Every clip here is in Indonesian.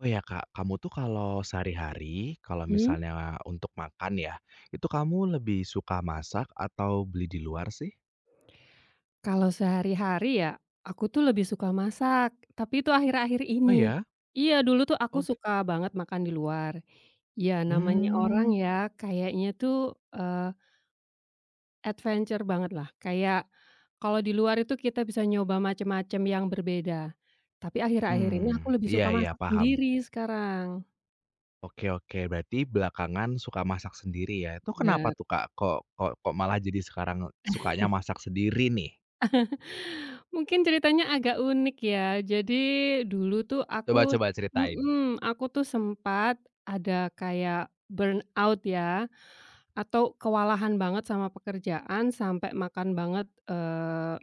Oh ya Kak, kamu tuh kalau sehari-hari, kalau Mmm, misalnya untuk makan ya, itu kamu lebih suka masak atau beli di luar sih? Kalau sehari-hari ya, aku tuh lebih suka masak, tapi itu akhir-akhir Oh ini. ya? Iya, dulu tuh aku Og suka banget makan di luar. Ya namanya orang hmm, ya, kayaknya tuh, eee, adventure banget lah. Kayak kalau di luar itu kita bisa nyoba macam-macam yang berbeda. Tapi akhir-akhir ini aku hmm, lebih iya suka iya masak paham. sendiri sekarang. Oke oke, berarti belakangan suka masak sendiri ya. Itu kenapa Bener. tuh Kak, kok kok kok malah jadi sekarang sukanya masak sendiri nih? Mungkin ceritanya agak unik ya. Jadi dulu tuh Coba aku coba ceritain. mhm, aku tuh sempat ada kayak burnout ya, atau kewalahan banget sama pekerjaan sampai makan banget,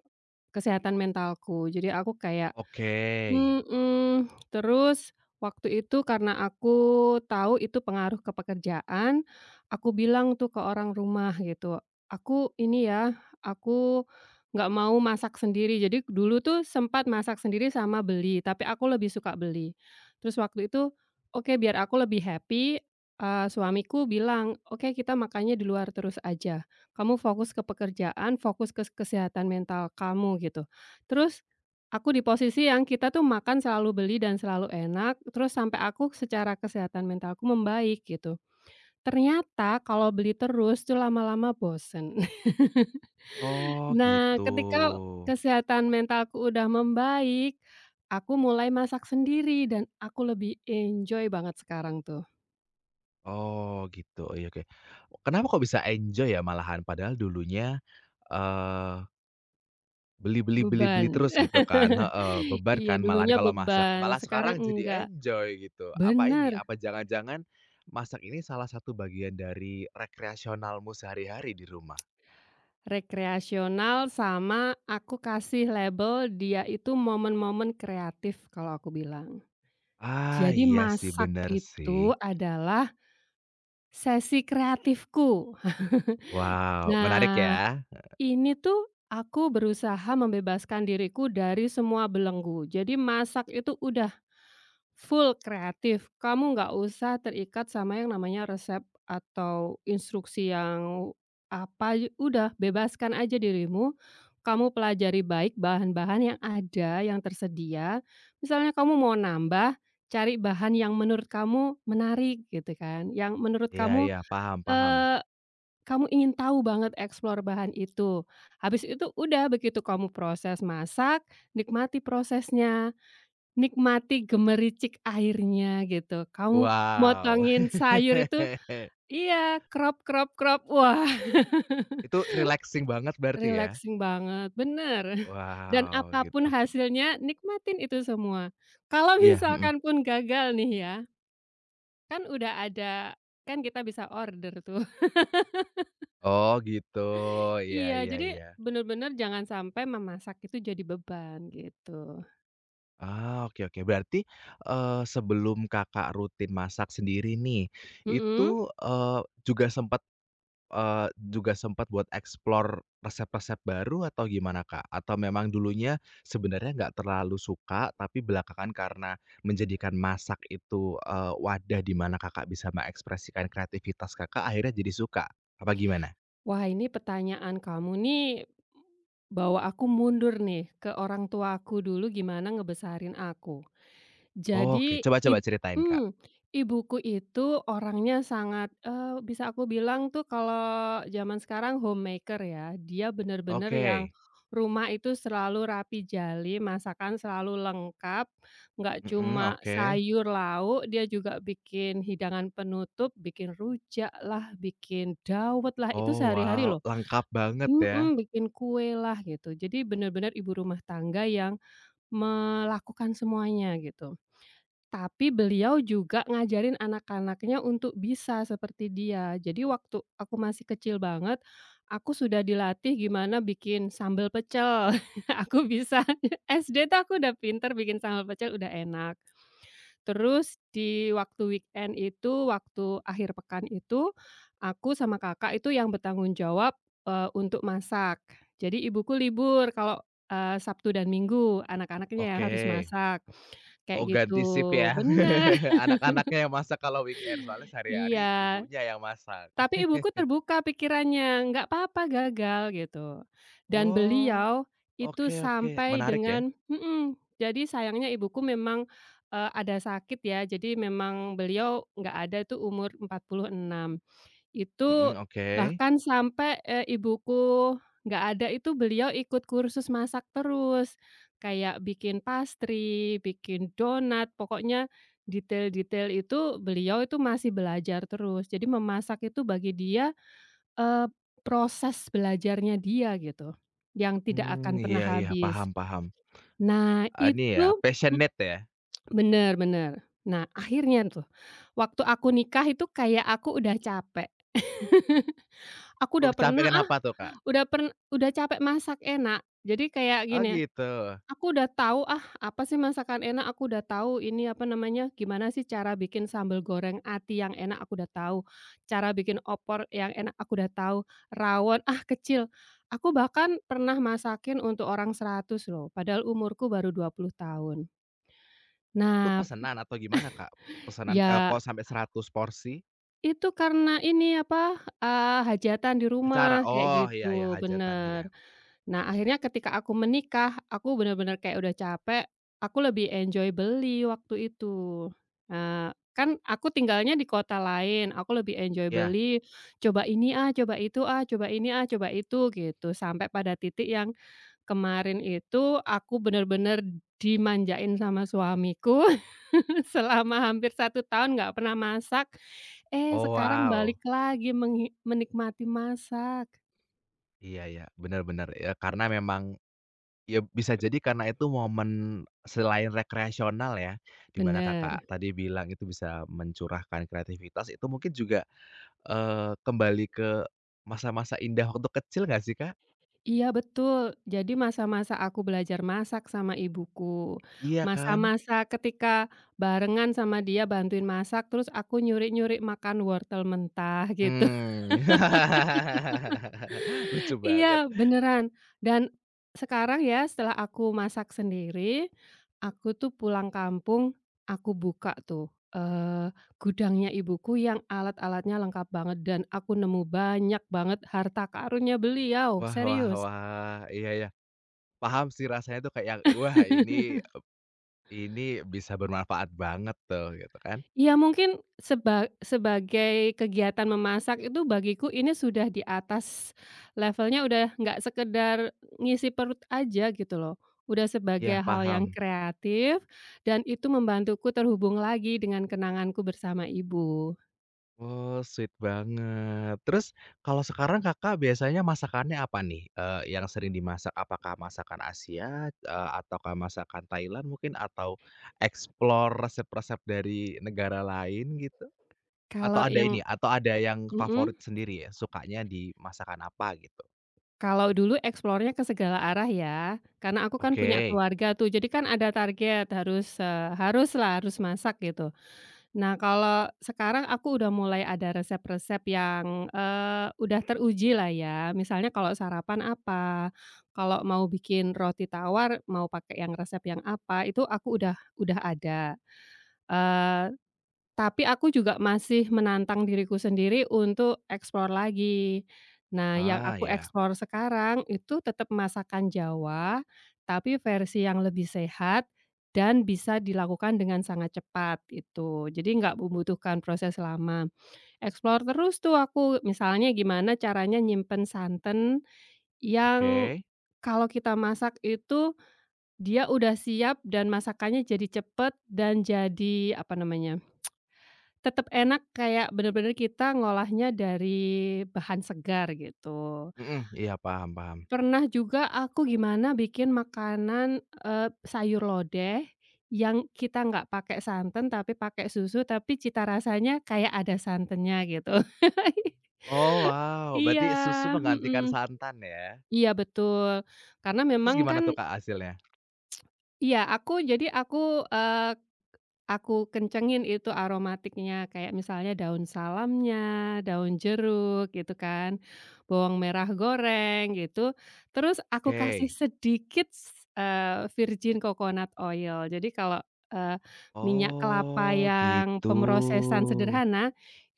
kesehatan mentalku. Jadi aku kayak. Oke. Mhm, terus waktu itu karena aku tahu itu pengaruh ke pekerjaan, aku bilang tuh ke orang rumah gitu, "Aku ini ya, aku nggak mau masak sendiri." Jadi dulu tuh sempat masak sendiri sama beli, tapi aku lebih suka beli. Terus waktu itu, oke biar aku lebih happy, suamiku bilang, "Oke kita makannya di luar terus aja, kamu fokus ke pekerjaan, fokus ke kesehatan mental kamu," gitu. Terus aku di posisi yang kita tuh makan selalu beli dan selalu enak, terus sampai aku secara kesehatan mentalku membaik gitu. Ternyata kalau beli terus tuh lama-lama bosen. Oh Nah, gitu. ketika kesehatan mentalku udah membaik, aku mulai masak sendiri dan aku lebih enjoy banget sekarang tuh. Oh gitu. Oh, iya oke. Kenapa kok bisa enjoy ya malahan padahal dulunya, eee, beli beli beli beli Beban. terus gitu kan heeh, beban Iya, kan malahan dulunya kalau masak, beban, malah sekarang sekarang jadi enggak. enjoy gitu. Apa ini, Benar. apa jangan-jangan masak ini salah satu bagian dari rekreasionalmu sehari-hari di rumah? Rekreasional, sama aku kasih label dia itu momen-momen kreatif kalau aku bilang. Ah, Jadi iya sih masak bener sih. itu adalah sesi kreatifku. Wow, menarik Nah, ya. ini tuh aku berusaha membebaskan diriku dari semua belenggu. Jadi masak itu udah full kreatif. Kamu nggak usah terikat sama yang namanya resep atau instruksi yang apa, udah bebaskan aja dirimu, kamu pelajari baik bahan-bahan yang ada, yang tersedia. Misalnya kamu mau nambah, cari bahan yang menurut kamu menarik gitu kan, yang menurut Iya kamu, iya, paham paham. eee, kamu ingin tahu banget eksplor bahan itu. Habis itu udah begitu kamu proses masak, nikmati prosesnya. Nikmati gemericik airnya gitu, kamu Wow. motongin sayur itu, iya, crop, crop, crop. Wah, Itu relaxing banget berarti ya? relaxing banget, bener. Dan Wow, gitu. apapun Oke. hasilnya, nikmatin itu semua. Kalau Iya, mhm. misalkan pun gagal nih ya, kan udah ada, kan kita bisa order tuh. Oh, gitu. Iya Iya, iya jadi iya. bener-bener jangan sampai memasak itu jadi beban gitu. Ah, oke oke. Berarti, sebelum Kakak rutin masak sendiri nih, Mhm. itu, eee, juga sempet eee, juga sempet buat explore resep-resep baru atau gimana, Kak? Atau memang dulunya sebenarnya nggak terlalu suka, tapi belakangan karena menjadikan masak itu, wadah di mana Kakak bisa mengekspresikan kreativitas Kakak, akhirnya jadi suka? Apa gimana? Wah, ini pertanyaan kamu nih, bahwa aku mundur nih, ke orang tua aku dulu gimana ngebesarin aku. Oke, Jadi coba coba ceritain, Kak. mmm, ibuku itu orangnya sangat, bisa aku bilang tuh kalau zaman sekarang homemaker ya. Dia bener-bener yang Oke, rumah itu selalu rapi jali, masakan selalu lengkap, nggak mhm, cuma oke. sayur lauk, dia juga bikin hidangan penutup, bikin rujak lah, bikin dawet lah, itu Oh sehari-hari wow, loh. lengkap banget ya. Mhm, Bikin kue lah gitu. Jadi benar-benar ibu rumah tangga yang melakukan semuanya gitu. Tapi beliau juga ngajarin anak-anaknya untuk bisa seperti dia. Jadi waktu aku masih kecil banget, aku sudah dilatih gimana bikin sambal pecel. Aku bisa, SD tuh aku udah pinter bikin sambal pecel, udah enak. Terus di waktu weekend itu, waktu akhir pekan itu, aku sama kakak itu yang bertanggung jawab, untuk masak. Jadi ibuku libur kalau, Sabtu dan Minggu, anak-anaknya yang Oke. harus masak, kayak Oh gitu. ganti shift ya. Benar. Anak-anaknya yang masak kalau weekend, soalnya sehari-hari Iya. ibunya yang masak. Tapi ibuku terbuka pikirannya, "Nggak apa-apa gagal," gitu. Dan Oh, beliau itu oke oke, sampai menarik ya. dengan jadi sayangnya ibuku memang, ada sakit ya, jadi memang beliau nggak ada itu umur 46. Mhm, Itu oke. bahkan sampai, ibuku nggak ada itu beliau ikut kursus masak terus, kayak bikin pastry, bikin donat, pokoknya detail-detail itu beliau itu masih belajar terus. Jadi memasak itu bagi dia, eee, proses belajarnya dia gitu, yang tidak Hmm, akan pernah iya iya, paham habis. paham. Nah Ini ya, itu, mhm, passionate ya? bener bener. Nah akhirnya tuh, waktu aku nikah itu kayak aku udah capek, aku Oh udah pernah, kesampaian ah. apa tuh, Kak? Udah capek masak enak, jadi kayak Oh gini, gitu. aku udah tahu, "Ah, apa sih masakan enak?" Aku udah tahu ini, apa namanya, gimana sih cara bikin sambal goreng ati yang enak, aku udah tahu. Cara bikin opor yang enak, aku udah tahu. Rawon, ah, kecil. Aku bahkan pernah masakin untuk orang 100 loh, padahal umurku baru 20 tahun. Itu Nah, pesanan atau gimana, Kak? Pesanan, ya kok sampai 100 porsi? itu karena ini, apa, hajatan di Acara? rumah, kayak Oh, iya iya, gitu, hajatan, iya. bener. Nah, akhirnya ketika aku menikah, aku benar-benar kayak udah capek, aku lebih enjoy beli waktu itu. Nah, kan aku tinggalnya di kota lain, aku lebih enjoy Iya. beli, coba ini ah, coba itu ah, coba ini ah, coba itu, gitu. Sampai pada titik yang kemarin itu aku benar-benar dimanjain sama suamiku selama hampir 1 tahun nggak pernah masak, eh, Oh sekarang wow. balik lagi menikmati masak. Iya ya benar-benar ya karena memang ya bisa jadi karena itu momen selain rekreasional ya, di mana Kakak Bener. tadi bilang itu bisa mencurahkan kreativitas, itu mungkin juga, kembali ke masa-masa indah waktu kecil nggak sih, Kak? Iya betul, jadi masa-masa aku belajar masak sama ibuku, Iya kan? masa-masa ketika barengan sama dia bantuin masak, terus aku nyuri-nyuri makan wortel mentah gitu. Mmm. Lucu banget. Iya beneran, dan sekarang ya setelah aku masak sendiri, aku tuh pulang kampung, aku buka tuh, eee, gudangnya ibuku yang alat-alatnya lengkap banget dan aku nemu banyak banget harta karunnya beliau, Wah wah serius. wah, iya ya paham sih rasanya tuh kayak, wah ini bisa bermanfaat banget tuh gitu kan. Ya mungkin seba sebagai kegiatan memasak itu bagiku ini sudah di atas, levelnya udah nggak sekedar ngisi perut aja gitu loh, udah Iya sebagai hal yang paham. kreatif dan itu membantuku terhubung lagi dengan kenanganku bersama ibu. Oh, sweet banget. Terus kalau sekarang Kakak biasanya masakannya apa nih, yang sering dimasak? Apakah masakan Asia, ataukah masakan Thailand mungkin atau explore resep-resep dari negara lain gitu? Atau Kalau ada yang ini, atau ada yang favorit mhm, sendiri ya, sukanya di masakan apa gitu? Kalau dulu eksplornya ke segala arah ya, karena aku kan punya Oke. keluarga tuh jadi kan ada target harus, eh, harus lah harus masak gitu. Nah, kalau sekarang aku udah mulai ada resep-resep yang, udah teruji lah ya. Misalnya kalau sarapan apa, kalau mau bikin roti tawar mau pakai yang resep yang apa, itu aku udah ada, eee tapi aku juga masih menantang diriku sendiri untuk eksplor lagi. Nah, yang Ah, aku iya. eksplor sekarang itu tetap masakan Jawa, tapi versi yang lebih sehat dan bisa dilakukan dengan sangat cepat itu. Jadi nggak membutuhkan proses lama. Eksplor terus tuh aku, misalnya gimana caranya nyimpen santen yang Oke. kalau kita masak itu dia udah siap dan masakannya jadi cepet dan jadi, apa namanya, tetap enak kayak bener-bener kita ngolahnya dari bahan segar gitu. Mhm, iya paham paham. Pernah juga aku gimana bikin makanan, sayur lodeh yang kita nggak pakai santan tapi pakai susu, tapi cita rasanya kayak ada santannya gitu. Oh wow, Iya, berarti susu mhm. menggantikan santan ya? Iya betul. Karena Terus memang gimana kan tuh Kak hasilnya? iya, aku jadi aku, eee aku kencengin itu aromatiknya, kayak misalnya daun salamnya, daun jeruk gitu kan, bawang merah goreng gitu, terus aku kasih Oke. sedikit virgin coconut oil. Jadi kalau, eee, minyak kelapa Oh, yang gitu. pemrosesan sederhana,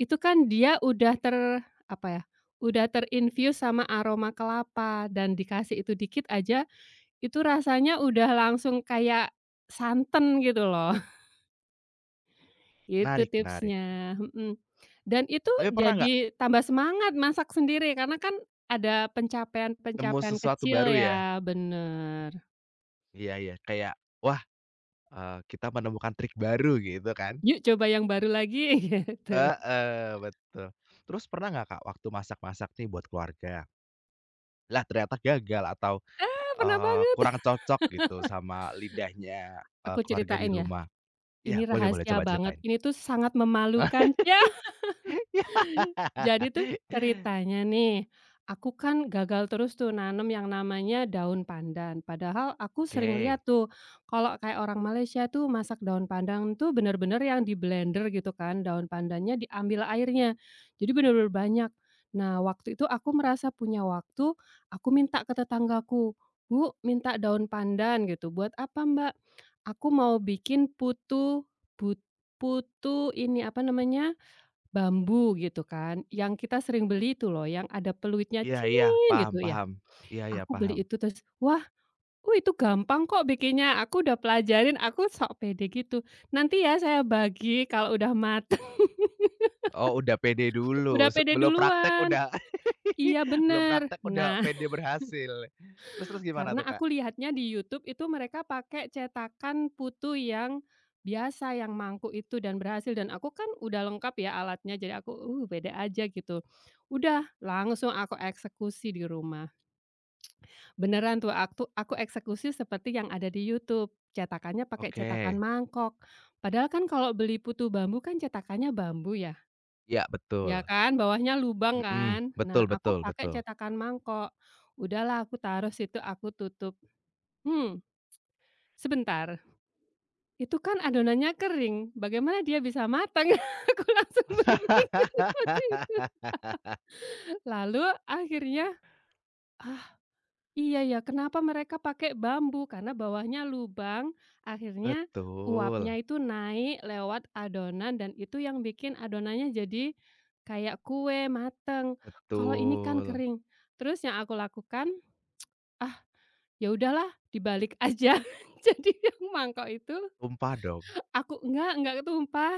itu kan dia udah apa ya, udah terinfuse sama aroma kelapa dan dikasih itu dikit aja, itu rasanya udah langsung kayak santan gitu loh. Itu Menarik menarik. tipsnya, mhm. Dan itu Tapi pernah nggak jadi tambah semangat masak sendiri karena kan ada nemu pencapaian-pencapaian sesuatu kecil baru ya? ya, bener. Iya iya, kayak, wah, kita menemukan trik baru gitu kan? "Yuk coba yang baru lagi," gitu. Heeh, betul. Terus pernah nggak, Kak, waktu masak-masak nih buat keluarga, lah ternyata gagal atau, "Ah, pernah banget." kurang cocok gitu sama lidahnya, Aku keluarga di ceritain ya, rumah? Iya, ini boleh boleh rahasia coba banget, ceritain. ini tuh sangat memalukan. Ya! Iya. Jadi tuh ceritanya nih, aku kan gagal terus tuh nanam yang namanya daun pandan. Padahal aku sering Oke. lihat tuh, kalau kayak orang Malaysia tuh masak daun pandan tuh bener-bener yang di-blender gitu kan, daun pandannya diambil airnya. Jadi bener-bener banyak. Nah, waktu itu aku merasa punya waktu, aku minta ke tetanggaku, "Bu, minta daun pandan," gitu. "Buat apa, Mbak?" "Aku mau bikin putu, but putu ini, apa namanya, bambu gitu kan, yang kita sering beli itu loh yang ada peluitnya Iya iya, cing paham gitu ya. paham. Iya iya, Aku paham. beli itu." Terus, "Wah, itu gampang kok bikinnya, aku udah pelajarin," aku sok pede gitu, "Nanti ya saya bagi kalau udah mateng." Oh, udah pede dulu, Udah pede belum praktek duluan. udah Iya belum bener. praktek udah Nah, pede berhasil. Terus terus gimana karena tuh, Kak? aku lihatnya di YouTube itu mereka pakai cetakan putu yang biasa, yang mangkuk itu, dan berhasil, dan aku kan udah lengkap ya alatnya, jadi aku, Pede aja," gitu. Udah langsung aku eksekusi di rumah. Beneran tuh aku eksekusi seperti yang ada di YouTube, cetakannya pakai Oke, cetakan mangkok. Padahal kan kalau beli putu bambu kan cetakannya bambu ya, ya ya betul. kan, bawahnya lubang Mhm, kan. Nah, betul aku betul pakai betul. cetakan mangkok. Udahlah aku taruh situ, aku tutup. Hmm, Sebentar, itu kan adonannya kering, bagaimana dia bisa matang? Aku langsung berpikir seperti itu. Lalu akhirnya, iya ya, kenapa mereka pakai bambu? Karena bawahnya lubang, akhirnya Betul, uapnya itu naik lewat adonan dan itu yang bikin adonannya jadi kayak kue mateng. Kalau ini kan betul. kering. Terus yang aku lakukan, ah, ya udahlah dibalik aja. Jadi yang mangkok itu, Tumpah dong. aku enggak ketumpah.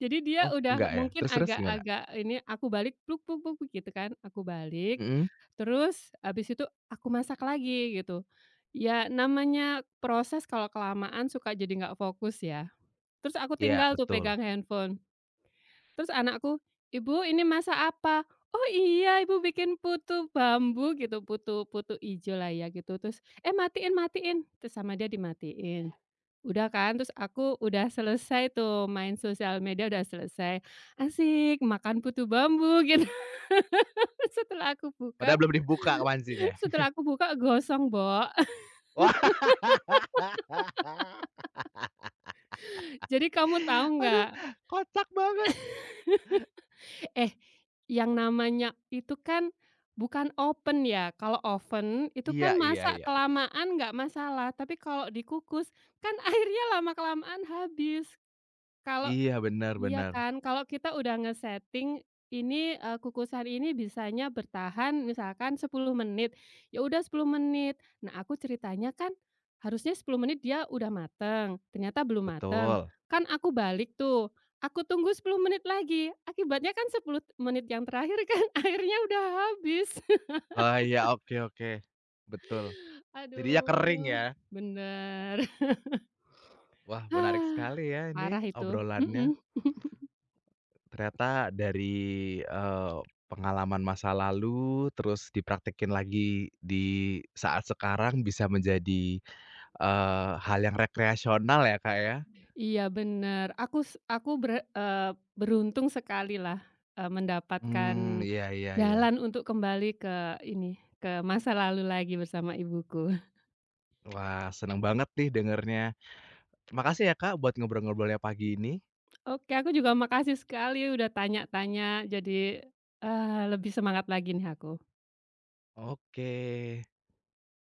Jadi dia Oh, udah enggak ya? mungkin Terus terus gimana? agak-agak ini, aku balik, pluk pluk pluk pluk gitu kan, aku balik, Mhm, terus habis itu aku masak lagi gitu. Ya namanya proses kalau kelamaan suka jadi nggak fokus ya. Terus aku ya tinggal tuh betul. pegang handphone, terus anakku, "Ibu ini masak apa?" "Oh iya ibu bikin putu bambu gitu, putu putu ijo lah ya gitu." Terus, "Eh matiin matiin," terus sama dia dimatiin. Udah kan, terus aku udah selesai tuh main sosial media udah selesai, "Asik, makan putu bambu," gitu. Setelah aku Padahal buka belum dibuka pancinya. Setelah aku buka, gosong, Mbok. Wah. Jadi kamu tahu Aduh, nggak, kocak banget. eh, yang namanya itu kan bukan oven ya, kalau oven itu Iya kan iya masak iya, betul. kelamaan nggak masalah, tapi kalau dikukus kan airnya lama-kelamaan habis. Kalau Iya, benar Iya benar. kan, kalau kita udah nge-setting ini, kukusan ini bisanya bertahan misalkan 10 menit, ya udah 10 menit. Nah, aku ceritanya kan harusnya 10 menit dia udah mateng, ternyata belum mateng. Betul. Kan aku balik tuh, aku tunggu 10 menit lagi, akibatnya kan 10 menit yang terakhir kan airnya udah habis. Oh iya, oke oke. Betul. Jadinya kering ya. Aduh, bener. Wah, menarik sekali ya ini Parah ituobrolannya. Ternyata dari, eee, pengalaman masa lalu, terus dipraktekin lagi di saat sekarang bisa menjadi, hal yang rekreasional ya, Kak, ya. Iya bener, aku s aku ber eee, beruntung sekalilah, mendapatkan Hmm iya iya iya. jalan untuk kembali ke ini, ke masa lalu lagi bersama ibuku. Wah, seneng banget nih dengernya. Makasih ya, Kak, buat ngobrol-ngobrolnya pagi ini. Oke, aku juga makasih sekali udah tanya-tanya jadi, lebih semangat lagi nih aku. Oke.